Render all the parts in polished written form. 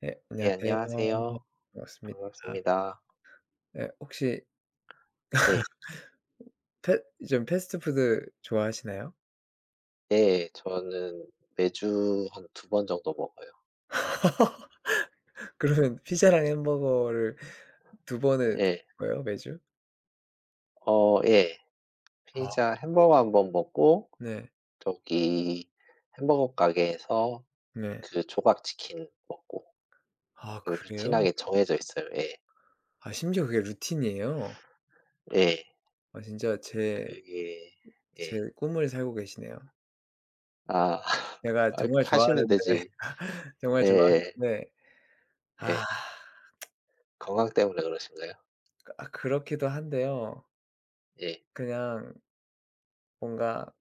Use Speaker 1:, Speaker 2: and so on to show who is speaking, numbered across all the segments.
Speaker 1: 네,
Speaker 2: 예,
Speaker 1: 안녕하세요.
Speaker 2: 안녕하세요.
Speaker 1: 반갑습니다. 아.
Speaker 2: 반갑습니다.
Speaker 1: 네, 혹시
Speaker 2: 예.
Speaker 1: 패 좀 패스트푸드 좋아하시나요?
Speaker 2: 네, 저는 매주 한 두 번 정도 먹어요.
Speaker 1: 그러면 피자랑 햄버거를 두 번을
Speaker 2: 예.
Speaker 1: 드실 거예요, 매주?
Speaker 2: 어 예.
Speaker 1: 아
Speaker 2: 피자
Speaker 1: 그래요?
Speaker 2: 햄버거 한 번 먹고
Speaker 1: 네.
Speaker 2: 저기 햄버거 가게에서
Speaker 1: 네.
Speaker 2: 그 조각 치킨 먹고
Speaker 1: 아
Speaker 2: 요
Speaker 1: 그래요?
Speaker 2: 루틴하게 정해져 있어요. 예.
Speaker 1: 아 심지어 그게 루틴이에요?
Speaker 2: 예.
Speaker 1: 아 진짜
Speaker 2: 그게
Speaker 1: 제
Speaker 2: 예.
Speaker 1: 꿈을 살고 계시네요.
Speaker 2: 아.
Speaker 1: 제가
Speaker 2: 아
Speaker 1: 정말
Speaker 2: 하시면
Speaker 1: 좋아하는데
Speaker 2: 되지.
Speaker 1: 정말
Speaker 2: 예예.
Speaker 1: 좋아하는데
Speaker 2: 예.
Speaker 1: 아
Speaker 2: 예. 건강 때문에 그러신가요?
Speaker 1: 아 그렇기도 한데요.
Speaker 2: 예.
Speaker 1: 그냥 뭔가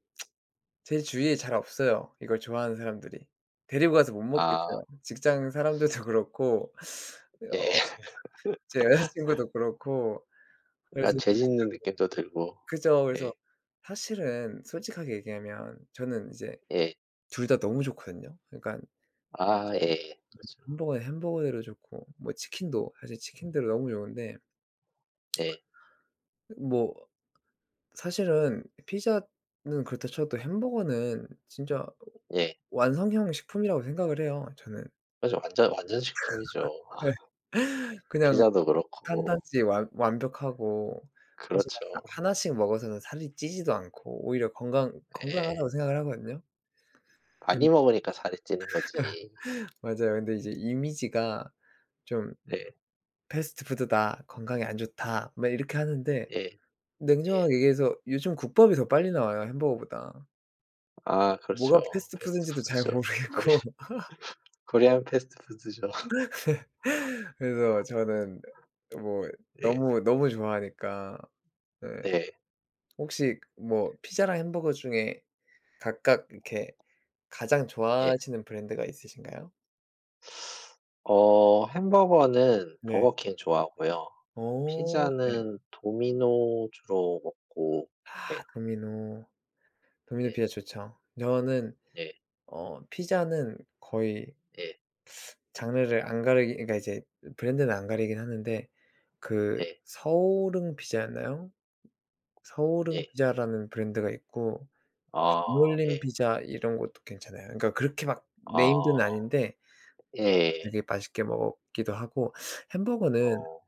Speaker 1: 제 주위에 잘 없어요, 이걸 좋아하는 사람들이. 데리고 가서 못
Speaker 2: 아
Speaker 1: 먹겠어요. 직장 사람들도 그렇고
Speaker 2: 예.
Speaker 1: 어 제 여자 친구도 그렇고
Speaker 2: 뭔가
Speaker 1: 그래서
Speaker 2: 죄
Speaker 1: 제가
Speaker 2: 짓는 느낌도 들고.
Speaker 1: 그죠. 그래서
Speaker 2: 예.
Speaker 1: 사실은 솔직하게 얘기하면 저는 이제
Speaker 2: 예.
Speaker 1: 둘 다 너무 좋거든요. 그러니깐 피
Speaker 2: 아
Speaker 1: 자
Speaker 2: 예.
Speaker 1: 피자
Speaker 2: 예. 그렇죠.
Speaker 1: 햄버거는 햄버거대로 좋고 뭐 치킨도 사실 치킨대로 너무 좋은데
Speaker 2: 예.
Speaker 1: 뭐 사실은 피자는 그렇다 쳐도 햄버거는 진짜
Speaker 2: 예.
Speaker 1: 완성형 식품이라고 생각을 해요, 저는.
Speaker 2: 그죠. 완전 완전 식품이죠.
Speaker 1: 예. 그냥
Speaker 2: 피자도 그렇고.
Speaker 1: 탄단지 완 완벽하고 사실
Speaker 2: 그렇죠.
Speaker 1: 하 하나씩 먹어서는 살이 찌지도 않고 오히려
Speaker 2: 예.
Speaker 1: 건강하다고 생각을 하거든요.
Speaker 2: 많이
Speaker 1: 근데
Speaker 2: 먹으니까 살이 찌는 거지.
Speaker 1: 맞아요. 근데 이제 이미지가 좀
Speaker 2: 네.
Speaker 1: "패스트푸드다. 건강에 안 좋다." 막 이렇게 하는데
Speaker 2: 예. 예.
Speaker 1: 냉정하게 얘기해서 요즘 국밥이 더 빨리 나와요 햄버거보다.
Speaker 2: 아
Speaker 1: 뭐가
Speaker 2: 그렇죠.
Speaker 1: 패스트푸드인지도 잘
Speaker 2: 패스트푸드죠. 코리안
Speaker 1: 모르겠고
Speaker 2: 코리안 패스트푸드죠.
Speaker 1: 그래서 저는 뭐
Speaker 2: 예.
Speaker 1: 너무, 너무 좋아하니까. 네.
Speaker 2: 네.
Speaker 1: 혹시 뭐 피자랑 햄버거 중에 각각 이렇게 가장
Speaker 2: 예.
Speaker 1: 좋아하시는 브랜드가 있으신가요?
Speaker 2: 어 햄버거는
Speaker 1: 네.
Speaker 2: 버거킹 좋아하고요.
Speaker 1: 오 네.
Speaker 2: 피자는 도미노 주로 먹고 그래요.
Speaker 1: 아 도미노. 도미노
Speaker 2: 네.
Speaker 1: 피자 좋죠. 저는
Speaker 2: 예.
Speaker 1: 어 피자는 거의
Speaker 2: 예.
Speaker 1: 장르를 안 가리기 그러니까 이제 브랜드는 안 가리긴 하는데 그
Speaker 2: 예.
Speaker 1: 서울흥 피자였나요? 서울흥
Speaker 2: 예.
Speaker 1: 피자라는 브랜드가 있고
Speaker 2: 아
Speaker 1: 반올림
Speaker 2: 예.
Speaker 1: 피자 이런 것도 괜찮아요. 그러니까 그렇게 막
Speaker 2: 아.
Speaker 1: 네임드는 아닌데
Speaker 2: 예.
Speaker 1: 되게 맛있게 먹기도 하고 햄버거는
Speaker 2: 어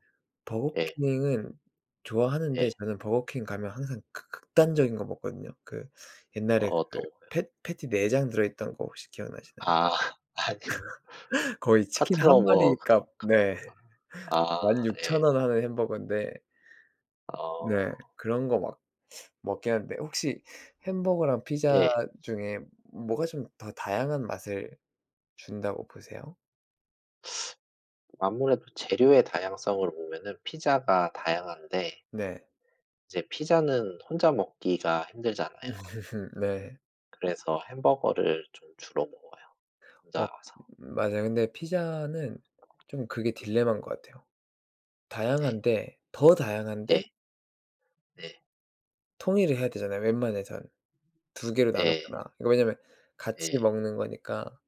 Speaker 2: 예.
Speaker 1: 버거킹은 좋아하는데
Speaker 2: 예.
Speaker 1: 저는 버거킹 가면 항상 극 극단적인 거 먹거든요. 그 옛날에 그
Speaker 2: 어떤 거요?
Speaker 1: 패 패티 내장 들어있던 거 혹시 기억나시나요?
Speaker 2: 아 아니요.
Speaker 1: 거의 치킨 한
Speaker 2: 파트너머
Speaker 1: 마리
Speaker 2: 그런
Speaker 1: 값
Speaker 2: 그런
Speaker 1: 네.
Speaker 2: 건가?
Speaker 1: 만
Speaker 2: 아
Speaker 1: 육천
Speaker 2: 예.
Speaker 1: 원 하는 햄버거인데 네
Speaker 2: 어
Speaker 1: 그런 거 막 먹긴 하는데 혹시 햄버거랑 피자
Speaker 2: 예.
Speaker 1: 중에 뭐가 좀 더 다양한 맛을 준다고 보세요?
Speaker 2: 아무래도 재료의 다양성을 보면은 피자가 다양한데
Speaker 1: 네.
Speaker 2: 이제 피자는 혼자 먹기가 힘들잖아요.
Speaker 1: 네.
Speaker 2: 그래서 햄버거를 좀 주로 먹어요, 혼자
Speaker 1: 어
Speaker 2: 와서.
Speaker 1: 맞아요. 근데 피자는 좀 그게 딜레마인 것 같아요.
Speaker 2: 예.
Speaker 1: 다양한데 더 다양한데
Speaker 2: 예. 예.
Speaker 1: 통일을 해야 되잖아요 웬만해선. 두 개로
Speaker 2: 예.
Speaker 1: 나누거나. 이거 왜냐면 같이
Speaker 2: 예.
Speaker 1: 먹는 거니까.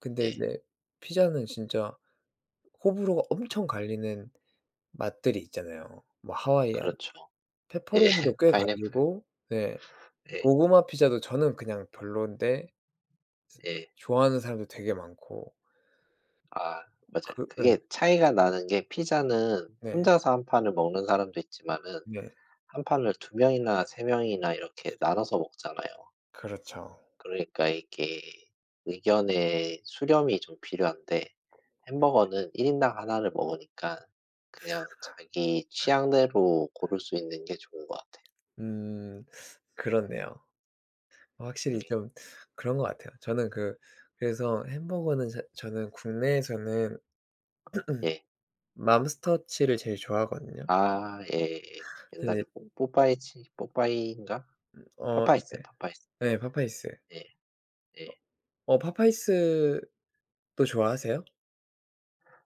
Speaker 1: 근데
Speaker 2: 예.
Speaker 1: 이제 피자는 진짜 호불호가 엄청 갈리는 맛들이 있잖아요. 뭐 하와이안,
Speaker 2: 그렇죠. 예.
Speaker 1: 페퍼로니도 꽤
Speaker 2: 파인애플.
Speaker 1: 갈리고 네.
Speaker 2: 예.
Speaker 1: 고구마 피자도 저는 그냥 별론데 스
Speaker 2: 예.
Speaker 1: 좋아하는 사람도 되게 많고.
Speaker 2: 아 맞아요.
Speaker 1: 그
Speaker 2: 그게
Speaker 1: 예.
Speaker 2: 차이가 나는 게 피자는
Speaker 1: 네.
Speaker 2: 혼자서 한 판을 먹는 사람도 있지만은
Speaker 1: 네.
Speaker 2: 한 판을 두 명이나 세 명이나 이렇게 나눠서 먹잖아요.
Speaker 1: 그렇죠.
Speaker 2: 그러니까 이게 의견의 수렴이 좀 필요한데 햄버거는 1 인당 하나를 먹으니까 그냥 자기 취향대로 고를 수 있는 게 좋은 것 같아요.
Speaker 1: 음. 그렇네요.
Speaker 2: 음
Speaker 1: 확실히 좀 그런 것 같아요. 저는 그 그래서 햄버거는 저는 국내에서는
Speaker 2: 예.
Speaker 1: 맘스터치를 제일 좋아하거든요.
Speaker 2: 아 예예.
Speaker 1: 근
Speaker 2: 옛날에
Speaker 1: 이제
Speaker 2: 뽀 뽀빠이치 뽀빠이인가?
Speaker 1: 어
Speaker 2: 파파이스,
Speaker 1: 네.
Speaker 2: 파파이스.
Speaker 1: 네 파파이스.
Speaker 2: 예
Speaker 1: 어
Speaker 2: 예.
Speaker 1: 어 파파이스도 좋아하세요?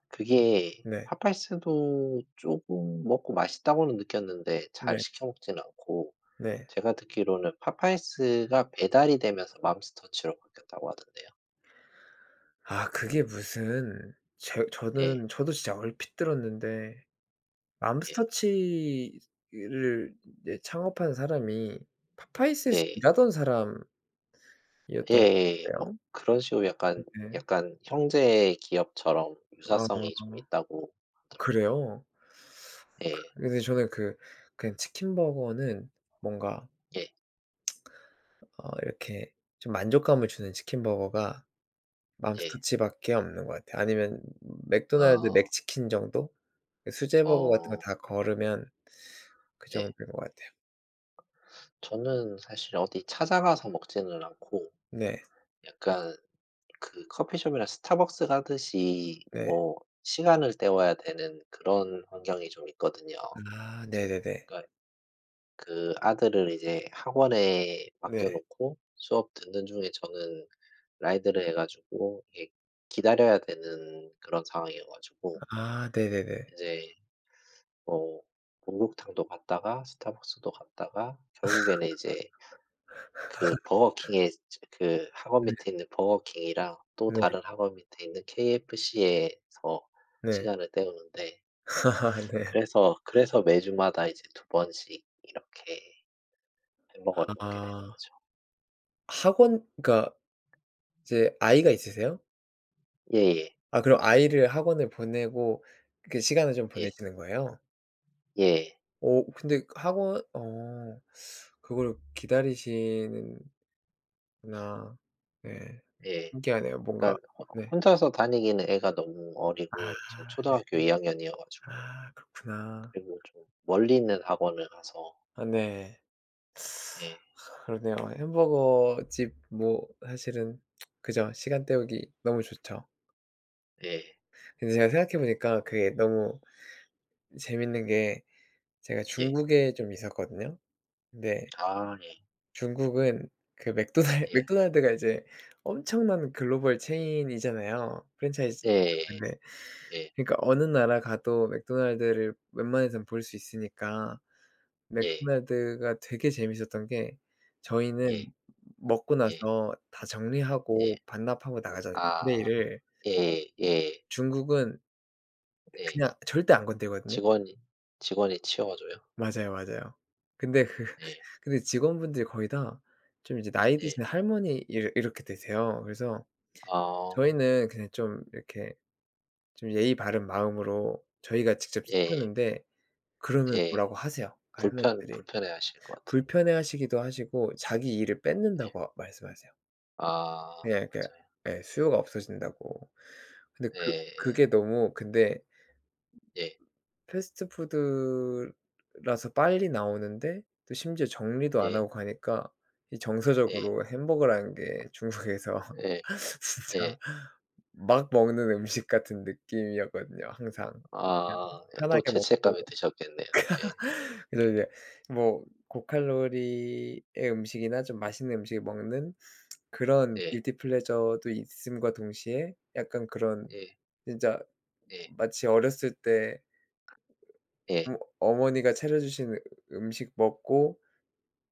Speaker 2: 그게
Speaker 1: 네.
Speaker 2: 파파이스도 조금 먹고 맛있다고는 느꼈는데 잘
Speaker 1: 네.
Speaker 2: 시켜 먹지는 않고
Speaker 1: 네.
Speaker 2: 제가 듣기로는 파파이스가 배달이 되면서 맘스터치로 바뀌었다고 하던데요.
Speaker 1: 아 그게 무슨 제
Speaker 2: 예.
Speaker 1: 저는 저도 진짜 얼핏 들었는데
Speaker 2: 예.
Speaker 1: 맘스터치를 이제 창업한 사람이 파파이스에서
Speaker 2: 예.
Speaker 1: 일하던 사람이었던 것
Speaker 2: 예예예. 뭐
Speaker 1: 같아요.
Speaker 2: 그런 식으로 약간
Speaker 1: 네.
Speaker 2: 약간 형제 기업처럼 유사성이 좀
Speaker 1: 아.
Speaker 2: 있다고 하더라고요.
Speaker 1: 그래요?
Speaker 2: 예.
Speaker 1: 근데 저는 그 그냥 치킨 버거는 뭔가
Speaker 2: 예.
Speaker 1: 어 이렇게 좀 만족감을 주는 치킨 버거가
Speaker 2: 예.
Speaker 1: 맘스터치밖에 없는 것 같아요. 아니면 맥도날드
Speaker 2: 어.
Speaker 1: 맥치킨 정도? 그 수제 버거 같은 거
Speaker 2: 어.
Speaker 1: 다 걸으면 그
Speaker 2: 예.
Speaker 1: 정도인 것 같아요.
Speaker 2: 저는 사실 어디 찾아가서 먹지는 않고
Speaker 1: 네.
Speaker 2: 약간 그 커피숍이나 스타벅스 가듯이
Speaker 1: 네.
Speaker 2: 뭐 시간을 때워야 되는 그런 환경이 좀 있거든요.
Speaker 1: 아 네네네.
Speaker 2: 그러니까 그 아들을 이제 학원에 맡겨
Speaker 1: 네.
Speaker 2: 놓고 수업 듣는 중에 저는 라이드를 해 가지고 이게 기다려야 되는 그런 상황이어 가지고
Speaker 1: 아 네네네.
Speaker 2: 이제 뭐 목욕탕도 갔다가 스타벅스도 갔다가 결국에는 이제 그 버거킹에 그 학원
Speaker 1: 네.
Speaker 2: 밑에 있는 버거킹이랑 또
Speaker 1: 네.
Speaker 2: 다른 학원 밑에 있는 KFC에서
Speaker 1: 네.
Speaker 2: 시간을 때우는데
Speaker 1: 네.
Speaker 2: 그래서 매주마다 이제 두 번씩 이렇게 햄버거를 먹게 되는
Speaker 1: 아.
Speaker 2: 거죠.
Speaker 1: 학원 그러니까 이제 아이가 있으세요?
Speaker 2: 예예.
Speaker 1: 아 그럼 아이를 학원을 보내고 그 시간을 좀
Speaker 2: 예.
Speaker 1: 보내시는 거예요?
Speaker 2: 예.
Speaker 1: 어 근데 학원 어 그걸 기다리시는구나. 네.
Speaker 2: 예. 예.
Speaker 1: 신기하네요. 뭔가
Speaker 2: 그러니까 호
Speaker 1: 네.
Speaker 2: 혼자서 다니기는 애가 너무 어리고 지금
Speaker 1: 아.
Speaker 2: 초등학교 2 학년이어 가지고
Speaker 1: 아 그렇구나.
Speaker 2: 그리고 좀 멀리 있는 학원을 가서
Speaker 1: 아 네.
Speaker 2: 예.
Speaker 1: 그러네요. 햄버거 집 뭐 사실은 그죠. 시간 때우기 너무 좋죠.
Speaker 2: 예.
Speaker 1: 근데 제가 생각해 보니까 그게 너무 재밌는 게 제가
Speaker 2: 예.
Speaker 1: 중국에 좀 있었거든요. 근데
Speaker 2: 아 예.
Speaker 1: 중국은 그 맥도날
Speaker 2: 예.
Speaker 1: 맥도날드가 이제 엄청난 글로벌 체인이잖아요. 프랜차이즈
Speaker 2: 예 예
Speaker 1: 네.
Speaker 2: 예. 예.
Speaker 1: 그러니까 어느 나라 가도 맥도날드를 웬만해선 볼 수 있으니까
Speaker 2: 예.
Speaker 1: 맥도날드가 되게 재밌었던 게 저희는
Speaker 2: 예.
Speaker 1: 먹고
Speaker 2: 예.
Speaker 1: 나서 다
Speaker 2: 예.
Speaker 1: 정리하고 반납하고 나가잖아요,
Speaker 2: 아
Speaker 1: 트레이를.
Speaker 2: 예 예
Speaker 1: 중국은
Speaker 2: 예
Speaker 1: 그냥 절대 안 건들거든요.
Speaker 2: 직원이 직원이 치워 줘요?
Speaker 1: 맞아요, 맞아요. 근데 그
Speaker 2: 예
Speaker 1: 근데 직원분들이 거의 다 좀 이제 나이
Speaker 2: 예.
Speaker 1: 드신 할머니 이 이렇게 되세요. 그래서
Speaker 2: 어
Speaker 1: 저희는 그냥 좀 이렇게 좀 예의 바른 마음으로 저희가 직접
Speaker 2: 예
Speaker 1: 치우는데 그러면
Speaker 2: 예.
Speaker 1: 뭐라고 하세요. 그 할머니들이.
Speaker 2: 불편해하실 것 같은데.
Speaker 1: 불편해하시기도 하시고 자기 일을
Speaker 2: 예.
Speaker 1: 뺏는다고 말씀하세요.
Speaker 2: 아
Speaker 1: 그냥 이렇게
Speaker 2: 맞아요.
Speaker 1: 예 수요가 없어진다고. 근데
Speaker 2: 예
Speaker 1: 그
Speaker 2: 예.
Speaker 1: 그게 너무 근데
Speaker 2: 예.
Speaker 1: 패스트푸드라서 빨리 나오는데 또 심지어 정리도 안
Speaker 2: 예.
Speaker 1: 하고 가니까 이
Speaker 2: 예.
Speaker 1: 정서적으로 햄버거라는 게 중국에서
Speaker 2: 예. 예.
Speaker 1: 진짜 막 먹는 음식 같은 느낌이었거든요 항상. 그냥
Speaker 2: 아 예 또
Speaker 1: 편하게 먹고
Speaker 2: 죄책감이 드셨겠네요. 예.
Speaker 1: 그래서 이제 뭐 고칼로리의 음식이나 좀 맛있는 음식을 먹는 그런
Speaker 2: 예.
Speaker 1: guilty pleasure도 있음과 동시에 약간 그런
Speaker 2: 예.
Speaker 1: 진짜
Speaker 2: 예.
Speaker 1: 마치 어렸을 때
Speaker 2: 예.
Speaker 1: 어 어머니가 차려 주신 으 음식 먹고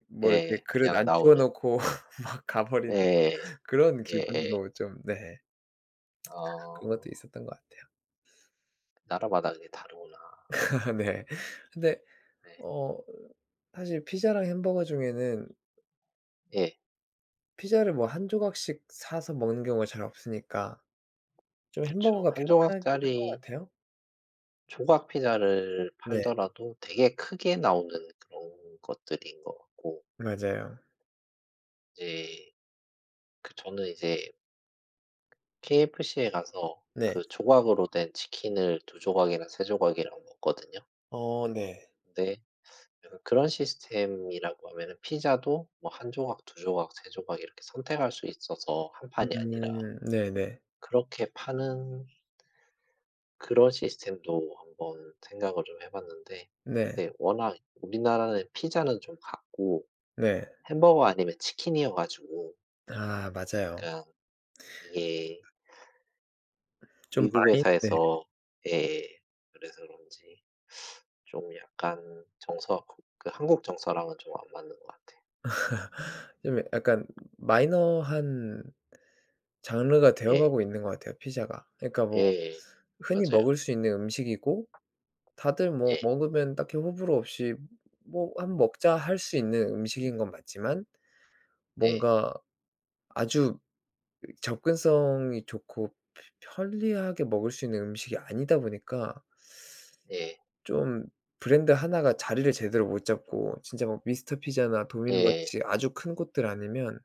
Speaker 1: 뭐
Speaker 2: 예.
Speaker 1: 이렇게 그릇
Speaker 2: 그냥
Speaker 1: 안 치워
Speaker 2: 나오는
Speaker 1: 놓고 막 가버린
Speaker 2: 예.
Speaker 1: 그런
Speaker 2: 예예.
Speaker 1: 기분으로 좀 네 그런
Speaker 2: 어.
Speaker 1: 것도 있었던 것 같아요.
Speaker 2: 나라마다 이게 다르구나.
Speaker 1: 네. 근데
Speaker 2: 예.
Speaker 1: 어 사실 피자랑 햄버거 중에는
Speaker 2: 예.
Speaker 1: 피자를 뭐 한 조각씩 사서 먹는 경우가 잘 없으니까
Speaker 2: 그
Speaker 1: 좀
Speaker 2: 렇죠
Speaker 1: 햄버거가
Speaker 2: 한
Speaker 1: 편하긴
Speaker 2: 조각짜리
Speaker 1: 한 것 같아요.
Speaker 2: 조각 피자를
Speaker 1: 네.
Speaker 2: 팔더라도 되게 크게 나오는 그런 것들인 것 같고
Speaker 1: 맞아요.
Speaker 2: 이제 그 저는 이제 KFC에 가서
Speaker 1: 네.
Speaker 2: 그 조각으로 된 치킨을 두 조각이나 세 조각이랑 먹거든요.
Speaker 1: 어 네.
Speaker 2: 근데 약간 그런 시스템이라고 하면은 피자도 뭐 한 조각, 두 조각, 세 조각 이렇게 선택할 수 있어서 한 판이 아니라
Speaker 1: 네네. 네.
Speaker 2: 그렇게 파는 그런 시스템도 한번 생각을 좀 해 봤는데
Speaker 1: 네.
Speaker 2: 근데 워낙 우리나라는 피자는 좀 같고
Speaker 1: 네.
Speaker 2: 햄버거 아니면 치킨이어 가지고
Speaker 1: 아 맞아요.
Speaker 2: 그러니까 이게
Speaker 1: 좀
Speaker 2: 미국
Speaker 1: 마이 네.
Speaker 2: 회사에서 예. 그래서 그런지 좀 약간 정서 그 한국 정서랑은 좀 안 맞는 것 같아요.
Speaker 1: 좀 약간 마이너한 장르가 되어
Speaker 2: 예.
Speaker 1: 가고 있는 것 같아요 피자가. 그러니까 뭐
Speaker 2: 예예.
Speaker 1: 흔히
Speaker 2: 맞아요.
Speaker 1: 먹을 수 있는 음식이고 다들 뭐
Speaker 2: 예.
Speaker 1: 먹으면 딱히 호불호 없이 뭐 '한번 먹자.' 할 수 있는 음식인 건 맞지만
Speaker 2: 예.
Speaker 1: 뭔가 아주 접근성이 좋고 편리하게 먹을 수 있는 음식이 아니다 보니까
Speaker 2: 예.
Speaker 1: 좀 브랜드 하나가 자리를 제대로 못 잡고 진짜 막 미스터 피자나 도미노
Speaker 2: 예.
Speaker 1: 같이 아주 큰 곳들 아니면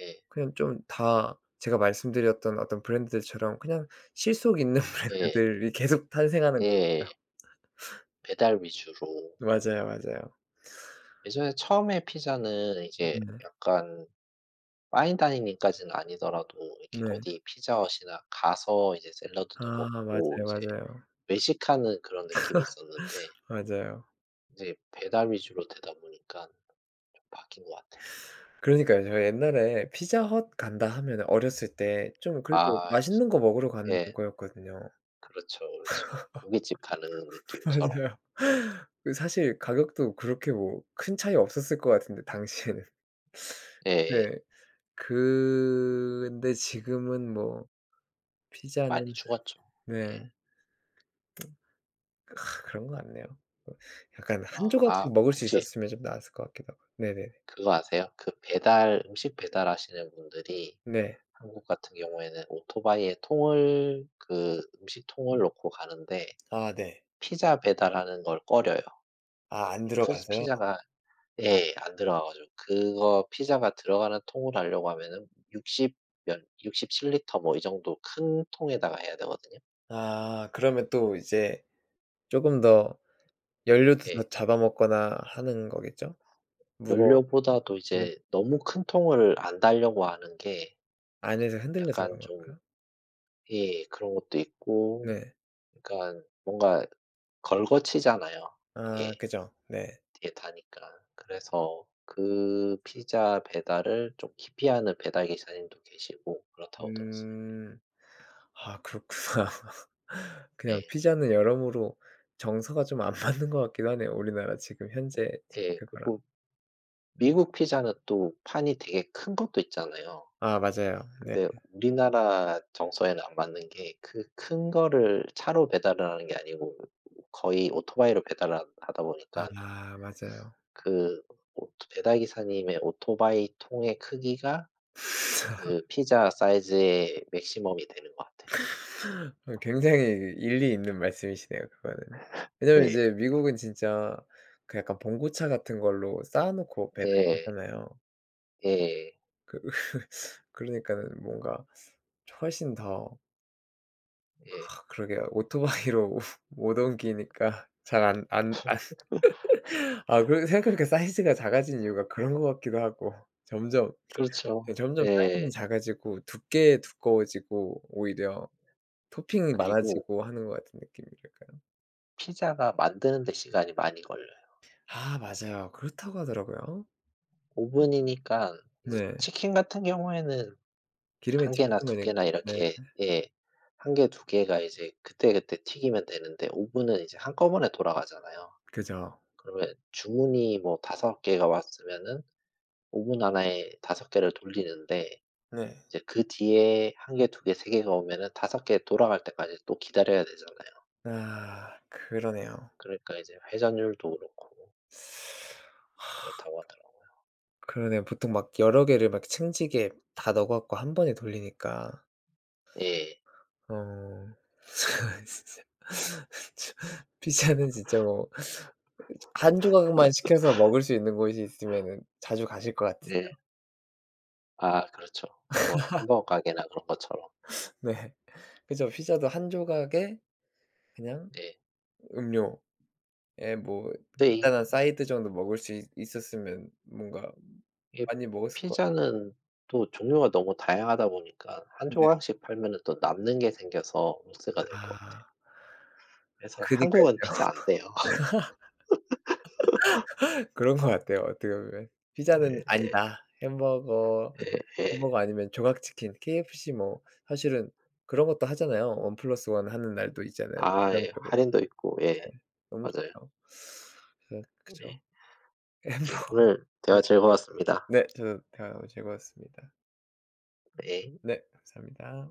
Speaker 2: 예.
Speaker 1: 그냥 좀 다 제가 말씀드렸던 어떤 브랜드들처럼 그냥 실속 있는
Speaker 2: 예.
Speaker 1: 브랜드들이 계속 탄생하는 것
Speaker 2: 예.
Speaker 1: 같아요.
Speaker 2: 배달 위주로 되는
Speaker 1: 맞아요, 맞아요.
Speaker 2: 예전에 처음에 피자는 이제
Speaker 1: 음
Speaker 2: 약간 파인 다이닝까지는 아니더라도
Speaker 1: 네.
Speaker 2: 이렇게
Speaker 1: 네.
Speaker 2: 어디 피자헛이나 가서 이제 샐러드도
Speaker 1: 아 맞아요,
Speaker 2: 먹고 이제
Speaker 1: 맞아요.
Speaker 2: 외식하는 그런 느낌이 있었는데
Speaker 1: 맞아요.
Speaker 2: 이제 배달 위주로 되다 보니까 좀 바뀐 것 같아요.
Speaker 1: 그러니까요. 저 옛날에 피자헛 간다 하면은 어렸을 때 좀 그래도
Speaker 2: 아
Speaker 1: 맛있는 거 먹으러 가는
Speaker 2: 예.
Speaker 1: 그거였거든요.
Speaker 2: 그렇죠, 그렇죠. 고깃집 가는 느낌처럼.
Speaker 1: 맞아요. 그 사실 가격도 그렇게 뭐 큰 차이 없었을 것 같은데 당시에는.
Speaker 2: 예
Speaker 1: 네. 근데 지금은 뭐
Speaker 2: 많이
Speaker 1: 피자는
Speaker 2: 죽었죠.
Speaker 1: 네
Speaker 2: 예.
Speaker 1: 그런 것 같네요. 어 약간
Speaker 2: 어
Speaker 1: 한
Speaker 2: 아
Speaker 1: 조각씩 먹을 수
Speaker 2: 혹시
Speaker 1: 있었으면 좀 나았을 것 같기도 하고. 네네네.
Speaker 2: 그거 아세요? 그 배달 음식 배달하시는 분들이
Speaker 1: 네.
Speaker 2: 한국 같은 경우에는 오토바이에 통을 그 음식 통을 놓고 가는데
Speaker 1: 아 네.
Speaker 2: 피자 배달하는 걸 꺼려요.
Speaker 1: 아 안
Speaker 2: 푸스
Speaker 1: 들어가서요?
Speaker 2: 피자가 예. 안 들어가 가지고 그거 피자가 들어가는 통으로 하려고 하면은 60 몇 67 리터 뭐 이 정도 큰 통에다가 해야 되거든요.
Speaker 1: 아 그러면 또 이제 조금더 연료도 더
Speaker 2: 예.
Speaker 1: 잡아먹거나 하는 거겠죠? 무거
Speaker 2: 연료보다도
Speaker 1: 네.
Speaker 2: 이제 너무 큰 통을 안 달려고 하는 게
Speaker 1: 안에서 흔들려서
Speaker 2: 약간
Speaker 1: 그런
Speaker 2: 좀
Speaker 1: 건가요?
Speaker 2: 예 그런 것도 있고
Speaker 1: 네.
Speaker 2: 그러니까 뭔가 걸거치잖아요,
Speaker 1: 아
Speaker 2: 이게
Speaker 1: 그죠. 네.
Speaker 2: 뒤에 다니까. 그래서 그 피자 배달을 좀 기피하는 배달 기사님도 계시고 그렇다고 들었어요.
Speaker 1: 음. 아 그렇구나. 그냥
Speaker 2: 예.
Speaker 1: 피자는 여러모로 정서가 좀 안 맞는 것 같기도 하네요. 우리나라 지금 현재
Speaker 2: 예.
Speaker 1: 그거랑.
Speaker 2: 그리고 미국 피자는 또 판이 되게 큰 것도 있잖아요.
Speaker 1: 아 맞아요. 네.
Speaker 2: 근데 우리나라 정서에는 안 맞는 게 그 큰 거를 차로 배달을 하는 게 아니고 거의 오토바이로 배달을 하 하다 보니까
Speaker 1: 아 맞아요.
Speaker 2: 그 오토 배달 기사님의 오토바이 통의 크기가 그 피자 사이즈의 맥시멈이 되는 것 같아요.
Speaker 1: 어 굉장히 그 일리 있는 말씀이시네요 그거는. 왜냐면
Speaker 2: 예.
Speaker 1: 이제 미국은 진짜 그 약간 봉고차 같은 걸로 쌓아 놓고 배달을
Speaker 2: 예.
Speaker 1: 하잖아요.
Speaker 2: 예.
Speaker 1: 그 그러니까는 뭔가 훨씬 더
Speaker 2: 예.
Speaker 1: 아 그러게요. 오토바이로 못 옮기니까 잘 안 아 그리고 생각해 보니까 사이즈가 작아진 이유가 그런 것 같기도 하고 점점
Speaker 2: 그렇죠.
Speaker 1: 예 점점
Speaker 2: 예.
Speaker 1: 사이즈는 작아지고 두께 두꺼워지고 오히려 토핑이
Speaker 2: 그리고
Speaker 1: 많아지고 하는 것 같은 느낌이랄까요?
Speaker 2: 피자가 만드는 데 시간이 많이 걸려요.
Speaker 1: 아 맞아요. 그렇다고 하더라고요.
Speaker 2: 오븐이니까 이제
Speaker 1: 네.
Speaker 2: 치킨 같은 경우에는
Speaker 1: 기름에
Speaker 2: 한 개나
Speaker 1: 튀기는
Speaker 2: 두
Speaker 1: 거니까.
Speaker 2: 개나
Speaker 1: 네.
Speaker 2: 이렇게 예. 한 개 두 개가 이제 그때그때 튀기면 되는데 오븐은 이제 한꺼번에 돌아가잖아요.
Speaker 1: 그죠.
Speaker 2: 그러면 주문이 뭐 다섯 개가 왔으면은 오븐 하나에 다섯 개를 돌리는데
Speaker 1: 네.
Speaker 2: 이제 그 뒤에 한 개, 두 개, 세 개가 오면은 다섯개 돌아갈 때까지 또 기다려야 되잖아요.
Speaker 1: 아 그러네요.
Speaker 2: 그러니까 이제 회전율도 그렇고 그렇다고 하더라고요.
Speaker 1: 그러네요. 보통 막 여러 개를 막 챙지게 다 넣어 갖고 한 번에 돌리니까.
Speaker 2: 예.
Speaker 1: 어. 진짜 저 피자는 진짜 뭐 한 조각만 시켜서 먹을 수 있는 곳이 있으면은 자주 가실 것 같아요.
Speaker 2: 네. 아 그렇죠. 뭐 햄버거 가게나 그런 것처럼.
Speaker 1: 네. 그죠. 피자도 한 조각에 그냥
Speaker 2: 네.
Speaker 1: 음료에 뭐
Speaker 2: 근데
Speaker 1: 간단한 사이드 정도 먹을 수 있 있었으면 뭔가
Speaker 2: 이게
Speaker 1: 많이 먹었을 것
Speaker 2: 피자는 또 종류가 너무 다양하다 보니까 한
Speaker 1: 같은데
Speaker 2: 조각씩 팔면은 또 남는 게 생겨서 로스가 될 것 같아요.
Speaker 1: 아 그
Speaker 2: 그래서
Speaker 1: 니까
Speaker 2: 한국은
Speaker 1: 요
Speaker 2: 피자 안 돼요.
Speaker 1: 그런 것 같아요 어떻게 보면. 피자는
Speaker 2: 예
Speaker 1: 아니다.
Speaker 2: 예 예 예.
Speaker 1: 햄버거 아니면 조각치킨, KFC 뭐 사실은 그런 것도 하잖아요. 1+1 하는 날도 있잖아요.
Speaker 2: 아 예.
Speaker 1: 부정적으로.
Speaker 2: 할인도 있고 예.
Speaker 1: 너무
Speaker 2: 맞아요.
Speaker 1: 좋죠. 그래서
Speaker 2: 예.
Speaker 1: 그쵸.
Speaker 2: 예. 오늘
Speaker 1: 네.
Speaker 2: 대화 즐거웠습니다.
Speaker 1: 네. 저도 대화 너무 즐거웠습니다.
Speaker 2: 예.
Speaker 1: 네. 감사합니다.